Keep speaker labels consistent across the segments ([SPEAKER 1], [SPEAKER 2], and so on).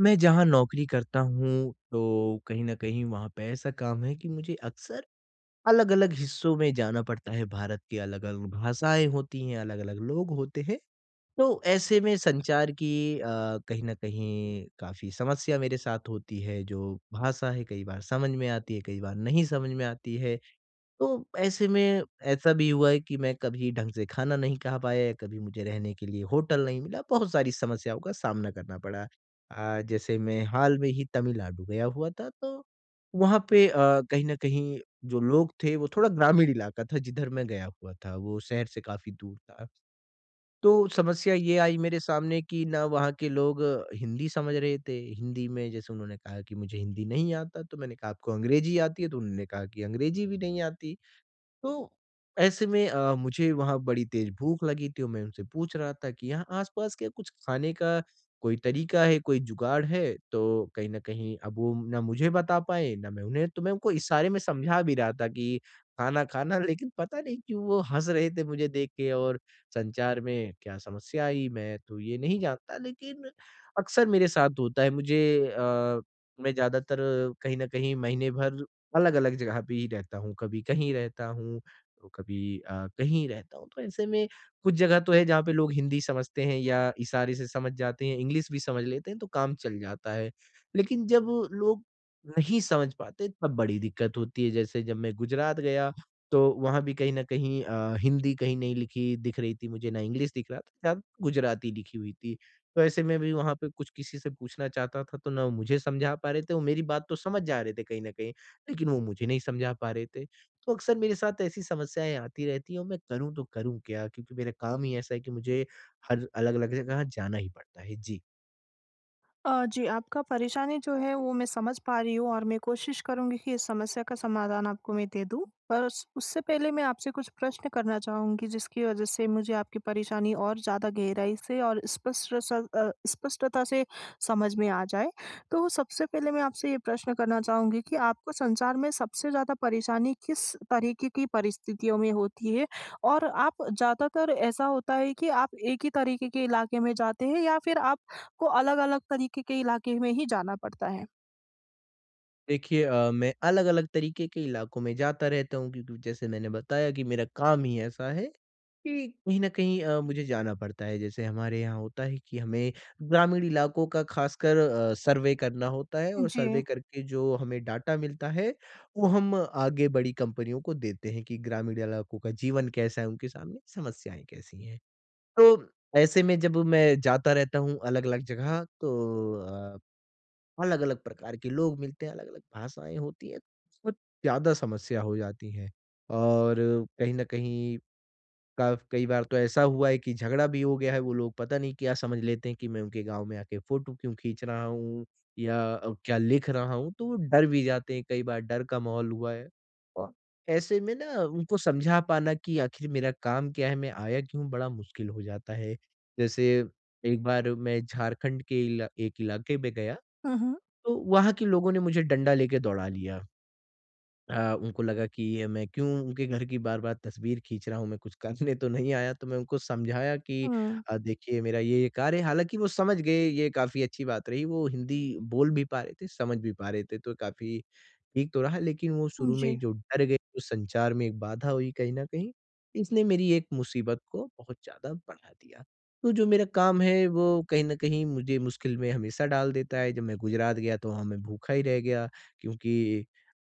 [SPEAKER 1] मैं जहाँ नौकरी करता हूँ, तो कहीं न कहीं वहाँ पे ऐसा काम है कि मुझे अक्सर अलग-अलग हिस्सों में जाना पड़ता है। भारत की अलग-अलग भाषाएँ होती हैं, अलग-अलग लोग होते हैं। तो ऐसे में संचार की अ, कहीं न कहीं काफ़ी समस्या मेरे साथ होती है। जो भाषा है, कई बार समझ में आती है, कई बार नहीं समझ में आती है। तो ऐसे में ऐसा भी हुआ है कि मैं कभी ढंग से खाना नहीं खा पाया या कभी मुझे रहने के लिए होटल नहीं मिला। बहुत सारी समस्याओं का सामना करना पड़ा। जैसे मैं हाल में ही तमिलनाडु गया हुआ था तो वहाँ पे कहीं न कहीं जो लोग थे वो थोड़ा ग्रामीण इलाका था जिधर मैं गया हुआ था, वो शहर से काफ़ी दूर था। तो समस्या ये आई मेरे सामने कि ना वहाँ के लोग हिंदी समझ रहे थे, हिंदी में जैसे उन्होंने कहा कि मुझे हिंदी नहीं आता तो मैंने कहा आपको अंग्रेज़ी आती है? तो उन्होंने कहा कि अंग्रेज़ी भी नहीं आती। तो ऐसे में मुझे वहाँ बड़ी तेज़ भूख लगी थी और मैं उनसे पूछ रहा था कि यहाँ आस-पास क्या कुछ खाने का कोई तरीका है, कोई जुगाड़ है? तो कहीं न कहीं अब वो ना मुझे बता पाए, ना मैं उन्हें तो मैं उनको इशारे में समझा भी रहा था कि खाना खाना लेकिन पता नहीं क्यों वो हँस रहे थे मुझे देख के और संचार में क्या समस्या आई मैं तो ये नहीं जानता लेकिन अक्सर मेरे साथ होता है। मुझे अ, मैं ज़्यादातर कहीं न कहीं महीने भर अलग-अलग जगह पे ही रहता हूँ, कभी कहीं रहता हूँ, तो कभी कहीं रहता हूँ। तो ऐसे में कुछ जगह तो है जहाँ पे लोग हिंदी समझते हैं या इशारे से समझ जाते हैं, इंग्लिश भी समझ लेते हैं तो काम चल जाता है। लेकिन जब लोग नहीं समझ पाते तब बड़ी दिक्कत होती है। जैसे जब मैं गुजरात गया तो वहाँ भी कहीं न कहीं हिंदी कहीं नहीं लिखी दिख रही थी मुझे, ना इंग्लिश दिख रहा था, ज़्यादा गुजराती लिखी हुई थी। तो ऐसे में भी वहाँ पे कुछ किसी से पूछना चाहता था तो ना मुझे समझा पा रहे थे, वो मेरी बात तो समझ जा रहे थे कहीं न कहीं। लेकिन वो मुझे नहीं समझा पा रहे थे। तो अक्सर मेरे साथ ऐसी समस्याएँ आती रहती हैं और मैं करूँ तो करूँ क्या? क्योंकि मेरा काम ही ऐसा है कि मुझे हर अलग-अलग जगह जाना ही पड़ता है। जी।
[SPEAKER 2] जी, आपका परेशानी जो है वो मैं समझ पा रही हूँ और मैं कोशिश करूँगी कि इस समस्या का समाधान आपको मैं दे दूँ। पर उस उससे पहले मैं आपसे कुछ प्रश्न करना चाहूँगी, जिसकी वज़ह से मुझे आपकी परेशानी और ज़्यादा गहराई से और स्पष्टता से समझ में आ जाए। तो सबसे पहले मैं आपसे ये प्रश्न करना चाहूँगी कि आपको संसार में सबसे ज़्यादा परेशानी किस तरीके की परिस्थितियों में होती है? और आप, ज़्यादातर ऐसा होता है कि आप एक ही तरीके के इलाके में जाते हैं, या फिर आप को अलग-अलग तरीके के इलाके में ही जाना पड़ता है?
[SPEAKER 1] देखिए मैं अलग-अलग तरीके के इलाकों में जाता रहता हूँ क्योंकि जैसे मैंने बताया कि मेरा काम ही ऐसा है कि कहीं न कहीं मुझे जाना पड़ता है। जैसे हमारे यहाँ होता है कि हमें ग्रामीण इलाकों का ख़ासकर सर्वे करना होता है और
[SPEAKER 2] जी।
[SPEAKER 1] सर्वे करके जो हमें डाटा मिलता है, वो हम आगे बड़ी कंपनियों को देते हैं कि ग्रामीण इलाकों का जीवन कैसा है, उनके सामने समस्याएँ कैसी हैं। तो ऐसे में जब मैं जाता रहता हूँ अलग-अलग जगह तो अ, अलग-अलग प्रकार के लोग मिलते हैं, अलग-अलग भाषाएँ होती हैं, तो बहुत ज़्यादा समस्या हो जाती है। और कहीं न कहीं काफ कई बार तो ऐसा हुआ है कि झगड़ा भी हो गया है, वो लोग पता नहीं क्या समझ लेते हैं कि मैं उनके गाँव में आके फ़ोटो क्यों खींच रहा हूँ या क्या लिख रहा हूँ, तो वो डर भी जाते हैं, कई बार डर का माहौल हुआ है। और ऐसे में ना उनको समझा पाना कि आखिर मेरा काम क्या है, मैं आया क्यों हूँ, बड़ा मुश्किल हो जाता है। जैसे एक बार मैं झारखंड के इला एक इलाके में गया,
[SPEAKER 2] हुँ, हुँ।
[SPEAKER 1] तो वहाँ के लोगों ने मुझे डंडा लेके दौड़ा लिया। उनको लगा कि मैं क्यों उनके घर की बार-बार तस्वीर खींच रहा हूँ, मैं कुछ करने तो नहीं आया, तो मैं उनको समझाया कि
[SPEAKER 2] हुँ,
[SPEAKER 1] देखिए मेरा ये कार्य है। हालाँकि वो समझ गए, ये काफ़ी अच्छी बात रही। वो हिंदी बोल भी पा रहे थे, समझ भी पा रहे थे, तो काफ़ी ठीक तो रहा, लेकिन वो शुरू
[SPEAKER 2] जी।
[SPEAKER 1] में जो डर गए, जो संचार में एक बाधा हुई कहीं न कहीं, इसने मेरी एक मुसीबत को बहुत ज़्यादा बढ़ा दिया। तो जो मेरा काम है, वो कहीं न कहीं मुझे मुश्किल में हमेशा डाल देता है। जब मैं गुजरात गया, तो वहाँ मैं भूखा ही रह गया क्योंकि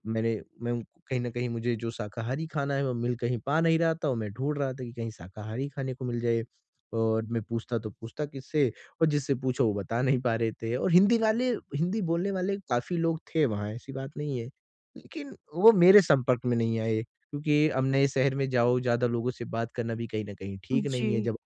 [SPEAKER 1] मैं उनको कहीं न कहीं मुझे जो शाकाहारी खाना है, वो मिल कहीं पा नहीं रहा था और मैं ढूँढ रहा था कि कहीं शाकाहारी खाने को मिल जाए। और मैं पूछता तो पूछता किससे और जिससे पूछो वो बता नहीं पा रहे थे और हिंदी बोलने वाले काफ़ी लोग थे वहाँ, ऐसी बात नहीं है। लेकिन वो मेरे संपर्क में नहीं आए क्योंकि अब नए शहर में जाओ, ज़्यादा लोगों से बात करना भी कहीं न कहीं ठीक नहीं है।
[SPEAKER 2] जी,
[SPEAKER 1] जब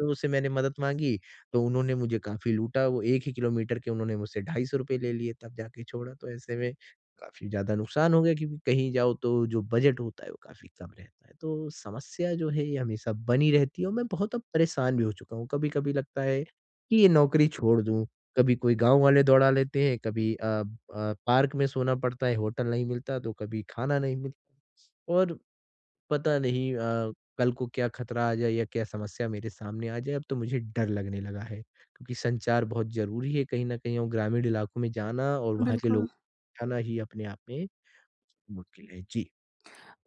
[SPEAKER 1] लोगों से मैंने मदद माँगी, तो उन्होंने मुझे काफ़ी लूटा। वो 1 ही किलोमीटर के उन्होंने मुझसे ₹250 ले लिए, तब जाके छोड़ा। तो ऐसे में काफ़ी ज़्यादा नुकसान हो गया क्योंकि कहीं जाओ तो जो बजट होता है वो काफ़ी कम रहता है। तो समस्या जो है ये हमेशा बनी रहती है और मैं बहुत अब परेशान भी हो चुका हूँ। कभी-कभी लगता है कि ये नौकरी छोड़ दूँ, कभी कोई गाँव वाले दौड़ा लेते हैं, कभी पार्क में सोना पड़ता है, होटल नहीं मिलता तो कभी खाना नहीं मिलता और पता नहीं कल को क्या खतरा आ जाए या क्या समस्या मेरे सामने आ जाए, अब तो मुझे डर लगने लगा है। क्योंकि संचार बहुत ज़रूरी है कहीं न कहीं और ग्रामीण इलाकों में जाना और वहाँ के लोगों
[SPEAKER 2] बिल्कुल।
[SPEAKER 1] को जाना ही अपने आप में मुश्किल है। जी।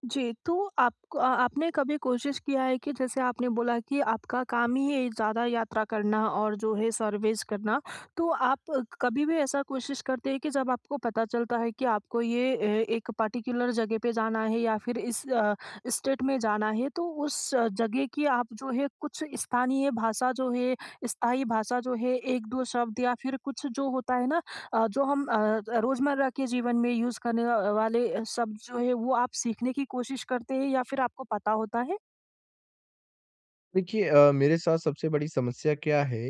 [SPEAKER 2] जी, तो आपको, आपने कभी कोशिश किया है कि, जैसे आपने बोला कि आपका काम ही है ज़्यादा यात्रा करना और जो है सर्विस करना, तो आप कभी भी ऐसा कोशिश करते हैं कि जब आपको पता चलता है कि आपको ये एक पर्टिकुलर जगह पे जाना है या फिर इस स्टेट में जाना है, तो उस जगह की आप जो है कुछ स्थानीय भाषा जो है, स्थाई भाषा जो है, 1-2 शब्द या फिर कुछ जो होता है ना, जो हम रोज़मर्रा के जीवन में यूज़ करने वाले शब्द जो है, वो आप सीखने की कोशिश करते हैं या फिर आपको पता होता है?
[SPEAKER 1] देखिए मेरे साथ सबसे बड़ी समस्या क्या है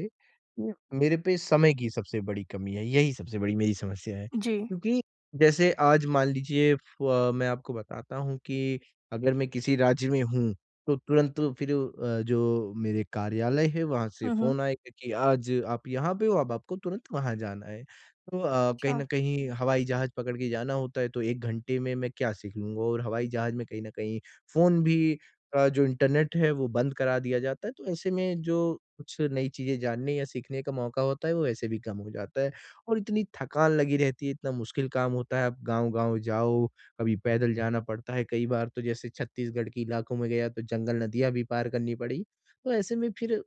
[SPEAKER 1] कि मेरे पे समय की सबसे बड़ी कमी है, यही सबसे बड़ी मेरी समस्या है।
[SPEAKER 2] जी।
[SPEAKER 1] क्योंकि जैसे आज मान लीजिए मैं आपको बताता हूँ कि अगर मैं किसी राज्य में हूँ, तो तुरंत फिर जो मेरे कार्यालय है वहाँ से
[SPEAKER 2] हुँ, हुँ।
[SPEAKER 1] फ़ोन आएगा कि आज आप यहाँ पे हो, अब आपको तुरंत वहाँ जाना है। तो कहीं
[SPEAKER 2] अच्छा।
[SPEAKER 1] न कहीं हवाई जहाज़ पकड़ के जाना होता है, तो 1 घंटे में मैं क्या सीख लूँगा और हवाई जहाज़ में कहीं न कहीं फ़ोन भी का जो इंटरनेट है वो बंद करा दिया जाता है, तो ऐसे में जो कुछ नई चीज़ें जानने या सीखने का मौका होता है, वो ऐसे भी कम हो जाता है। और इतनी थकान लगी रहती है, इतना मुश्किल काम होता है, आप गाँव-गाँव जाओ, कभी पैदल जाना पड़ता है, कई बार तो जैसे छत्तीसगढ़ के इलाकों में गया तो जंगल, नदियाँ भी पार करनी पड़ी। तो ऐसे में फिर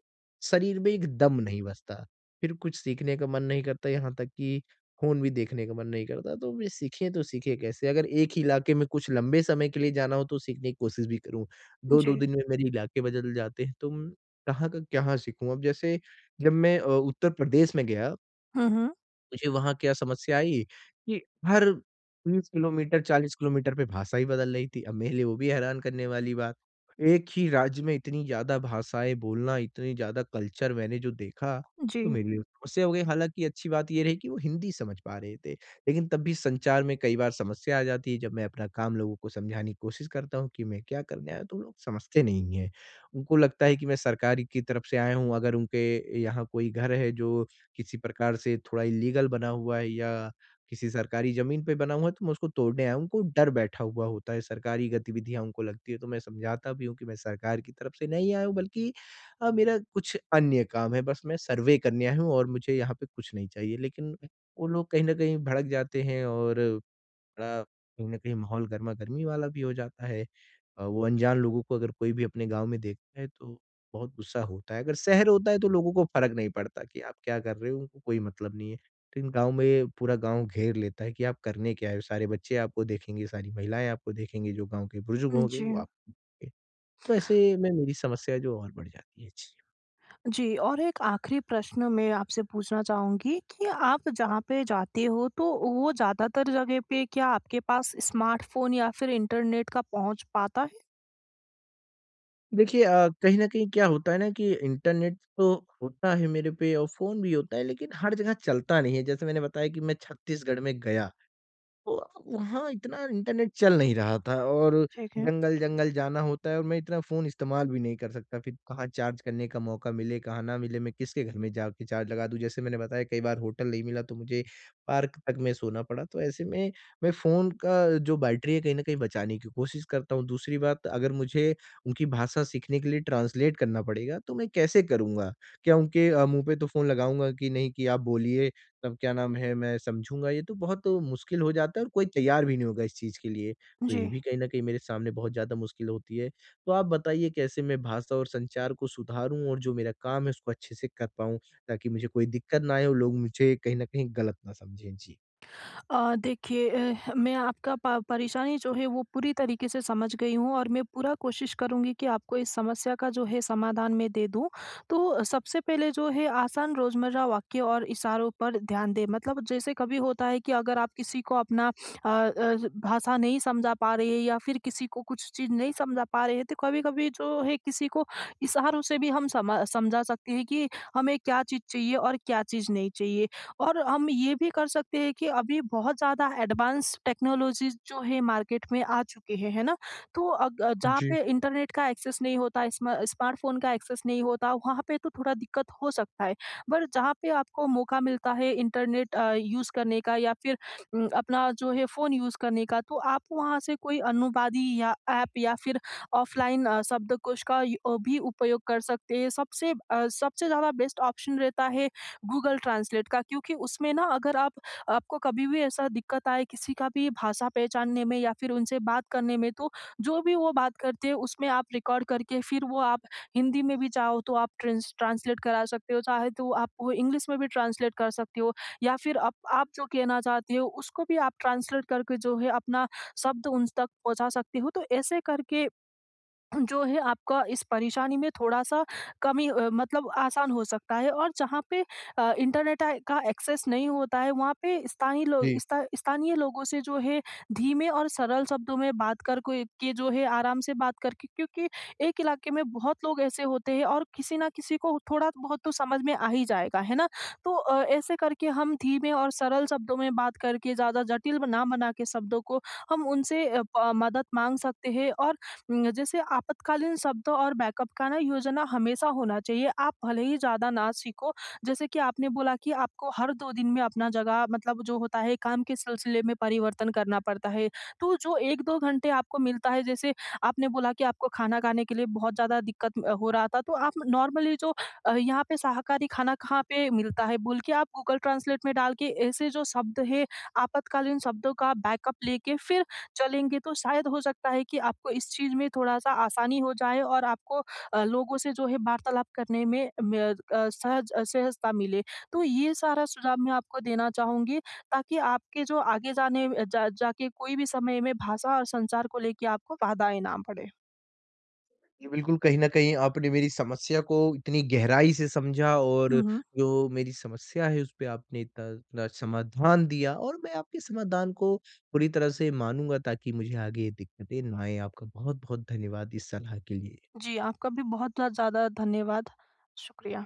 [SPEAKER 1] शरीर में एक दम नहीं बचता, फिर कुछ सीखने का मन नहीं करता, यहाँ तक कि फ़ोन भी देखने का मन नहीं करता, तो वे सीखें तो सीखें कैसे? अगर एक ही इलाके में कुछ लंबे समय के लिए जाना हो तो सीखने की कोशिश भी करूँ। 2-2
[SPEAKER 2] जी।
[SPEAKER 1] दिन में मेरे इलाके बदल जाते हैं, तो मैं कहाँ का क्या सीखूँ? अब जैसे जब मैं उत्तर प्रदेश में गया
[SPEAKER 2] हुँ, हुँ।
[SPEAKER 1] मुझे वहाँ क्या समस्या आई कि हर 30 किलोमीटर, 40 किलोमीटर पे भाषा ही बदल रही थी। अब मेरे लिए वो भी हैरान करने वाली बात। एक ही राज्य में इतनी ज़्यादा भाषाएँ बोलना, इतनी ज़्यादा कल्चर मैंने जो देखा,
[SPEAKER 2] जी।
[SPEAKER 1] तो मेरे लिए समस्या हो गई। हालाँकि अच्छी बात ये रही कि वो हिंदी समझ पा रहे थे, लेकिन तब भी संचार में कई बार समस्या आ जाती है। जब मैं अपना काम लोगों को समझाने की कोशिश करता हूँ कि मैं क्या करने आया हूँ, तो वो लोग समझते नहीं हैं। उनको लगता है कि मैं सरकारी की तरफ से आया हूँ, अगर उनके यहाँ कोई घर है जो किसी प्रकार से थोड़ा इल्लीगल बना हुआ है या किसी सरकारी ज़मीन पे बना हुआ है, तो मैं उसको तोड़ने आया हूँ। उनको डर बैठा हुआ होता है, सरकारी गतिविधियाँ उनको लगती है, तो मैं समझाता भी हूँ कि मैं सरकार की तरफ से नहीं आया हूँ बल्कि मेरा कुछ अन्य काम है, बस मैं सर्वे करने आया हूँ और मुझे यहाँ पे कुछ नहीं चाहिए। लेकिन वो लोग कहीं न कहीं भड़क जाते हैं और बड़ा कहीं न कहीं माहौल गरमा-गरमी वाला भी हो जाता है। वो अनजान लोगों को अगर कोई भी अपने गाँव में देखता है तो बहुत गुस्सा होता है। अगर शहर होता है तो लोगों को फ़र्क नहीं पड़ता कि आप क्या कर रहे हो, उनको कोई मतलब नहीं है। लेकिन गाँव में पूरा गाँव घेर लेता है कि आप करने क्या आए हो? सारे बच्चे आपको देखेंगे, सारी महिलाएँ आपको देखेंगे, जो गाँव के बुजुर्ग होंगे
[SPEAKER 2] जी।
[SPEAKER 1] वो आपको देखेंगे। तो ऐसे में मेरी समस्या है जो और बढ़ जाती है। जी।
[SPEAKER 2] जी, और एक आखिरी प्रश्न मैं आपसे पूछना चाहूँगी कि आप जहाँ पे जाते हो, तो वो ज़्यादातर जगह पे क्या आपके पास स्मार्टफ़ोन या फिर इंटरनेट का पहुँच पाता है?
[SPEAKER 1] देखिए कहीं न कहीं क्या होता है ना कि इंटरनेट तो होता है मेरे पे और फ़ोन भी होता है लेकिन हर जगह चलता नहीं है। जैसे मैंने बताया कि मैं छत्तीसगढ़ में गया तो वहाँ इतना इंटरनेट चल नहीं रहा था और
[SPEAKER 2] ठीक है।
[SPEAKER 1] जंगल-जंगल जाना होता है और मैं इतना फ़ोन इस्तेमाल भी नहीं कर सकता। फिर कहाँ चार्ज करने का मौका मिले, कहाँ ना मिले, मैं किसके घर में जाके चार्ज लगा दूँ। जैसे मैंने बताया कई बार होटल नहीं मिला तो मुझे पार्क तक में सोना पड़ा। तो ऐसे में मैं फ़ोन का जो बैटरी है कहीं न कहीं बचाने की कोशिश करता हूँ। दूसरी बात अगर मुझे उनकी भाषा सीखने के लिए ट्रांसलेट करना पड़ेगा तो मैं कैसे करूँगा? क्या उनके मुँह पे तो फ़ोन लगाऊँगा कि नहीं कि आप बोलिए तब क्या नाम है, मैं समझूँगा ये तो बहुत मुश्किल हो जाता है और कोई तैयार भी नहीं होगा इस चीज़ के लिए। तो ये
[SPEAKER 2] जी।
[SPEAKER 1] भी कहीं न कहीं मेरे सामने बहुत ज़्यादा मुश्किल होती है। तो आप बताइए कैसे मैं भाषा और संचार को सुधारूँ और जो मेरा काम है उसको अच्छे से कर पाऊँ? ताकि मुझे कोई दिक्कत ना आए और लोग मुझे कहीं न कहीं गलत ना समझें। जी।
[SPEAKER 2] देखिए, मैं आपका प परेशानी जो है वो पूरी तरीके से समझ गई हूँ और मैं पूरा कोशिश करूँगी कि आपको इस समस्या का जो है समाधान मैं दे दूँ। तो सबसे पहले जो है, आसान रोज़मर्रा वाक्य और इशारों पर ध्यान दें। मतलब जैसे कभी होता है कि अगर आप किसी को अपना भाषा नहीं समझा पा रहे हैं या फिर किसी को कुछ चीज़ नहीं समझा पा रहे हैं, तो कभी-कभी जो है किसी को इशारों से भी हम समा समझा सकते हैं कि हमें क्या चीज़ चाहिए और क्या चीज़ नहीं चाहिए। और हम ये भी कर सकते हैं कि अभी बहुत ज़्यादा एडवांस टेक्नोलॉजीज़ जो है मार्केट में आ चुकी है ना? तो जहाँ पे इंटरनेट का एक्सेस नहीं होता, स्मार्टफ़ोन का एक्सेस नहीं होता, वहाँ पे तो थोड़ा दिक्कत हो सकता है। पर जहाँ पे आपको मौका मिलता है इंटरनेट यूज़ करने का या फिर अपना जो है फ़ोन यूज़ करने का, तो आप वहाँ से कोई अनुवादी या ऐप या फिर ऑफ़लाइन शब्दकोश का भी उपयोग कर सकते हैं। सबसे ज़्यादा बेस्ट ऑप्शन रहता है गूगल ट्रांसलेट का, क्योंकि उसमें ना, अगर आप, आपको कभी भी ऐसा दिक्कत आए किसी का भी भाषा पहचानने में या फिर उनसे बात करने में, तो जो भी वो बात करते हैं उसमें आप रिकॉर्ड करके फिर वो आप हिंदी में भी चाहो तो आप ट्रांसलेट करा सकते हो, चाहे तो आप वो इंग्लिश में भी ट्रांसलेट कर सकते हो, या फिर आप जो कहना चाहते हो उसको भी आप ट्रांसलेट करके जो है अपना शब्द उन तक पहुंचा सकते हो। तो ऐसे करके जो है आपका इस परेशानी में थोड़ा-सा कमी, मतलब आसान हो सकता है। और जहाँ पे इंटरनेट का एक्सेस नहीं होता है, वहाँ पे
[SPEAKER 1] जी।
[SPEAKER 2] स्थानीय लोगों से जो है धीमे और सरल शब्दों में बात कर, कोई के जो है आराम से बात करके, क्योंकि एक इलाके में बहुत लोग ऐसे होते हैं और किसी न किसी को थोड़ा बहुत तो समझ में आ ही जाएगा, है ना? तो ऐसे करके हम धीमे और सरल शब्दों में बात करके, ज़्यादा जटिल ना बना के शब्दों को, हम उनसे अ, प मदद माँग सकते हैं। और जैसे आपातकालीन शब्द और बैकअप का ना योजना हमेशा होना चाहिए। आप भले ही ज़्यादा ना सीखो, जैसे कि आपने बोला कि आपको हर 2 दिन में अपना जगह, मतलब जो होता है काम के सिलसिले में, परिवर्तन करना पड़ता है। तो जो 1-2 घंटे आपको मिलता है, जैसे आपने बोला कि आपको खाना खाने के लिए बहुत ज़्यादा दिक्कत हो रहा था, तो आप नॉर्मली जो यहाँ पे शाकाहारी खाना कहाँ पे मिलता है बोल के आप गूगल ट्रांसलेट में डाल के, ऐसे जो शब्द है आपातकालीन शब्दों का बैकअप लेके फिर चलेंगे, तो शायद हो सकता है कि आपको इस चीज़ में थोड़ा-सा आसानी हो जाए और आपको लोगों से जो है वार्तालाप करने में सहजता मिले। तो ये सारा सुझाव मैं आपको देना चाहूँगी, ताकि आपके जो आगे जाने, अ, जा जाके कोई भी समय में, भाषा और संचार को लेके आपको बाधाएँ ना पड़े।
[SPEAKER 1] जी, बिल्कुल, कहीं न कहीं आपने मेरी समस्या को इतनी गहराई से समझा और
[SPEAKER 2] हुँ, हुँ।
[SPEAKER 1] जो मेरी समस्या है, उस पे आपने इतना इतना समाधान दिया और मैं आपके समाधान को पूरी तरह से मानूँगा ताकि मुझे आगे ये दिक्कतें ना आएँ। आपका बहुत-बहुत धन्यवाद इस सलाह के लिए।
[SPEAKER 2] जी, आपका भी बहुत ज़्यादा धन्यवाद। शुक्रिया।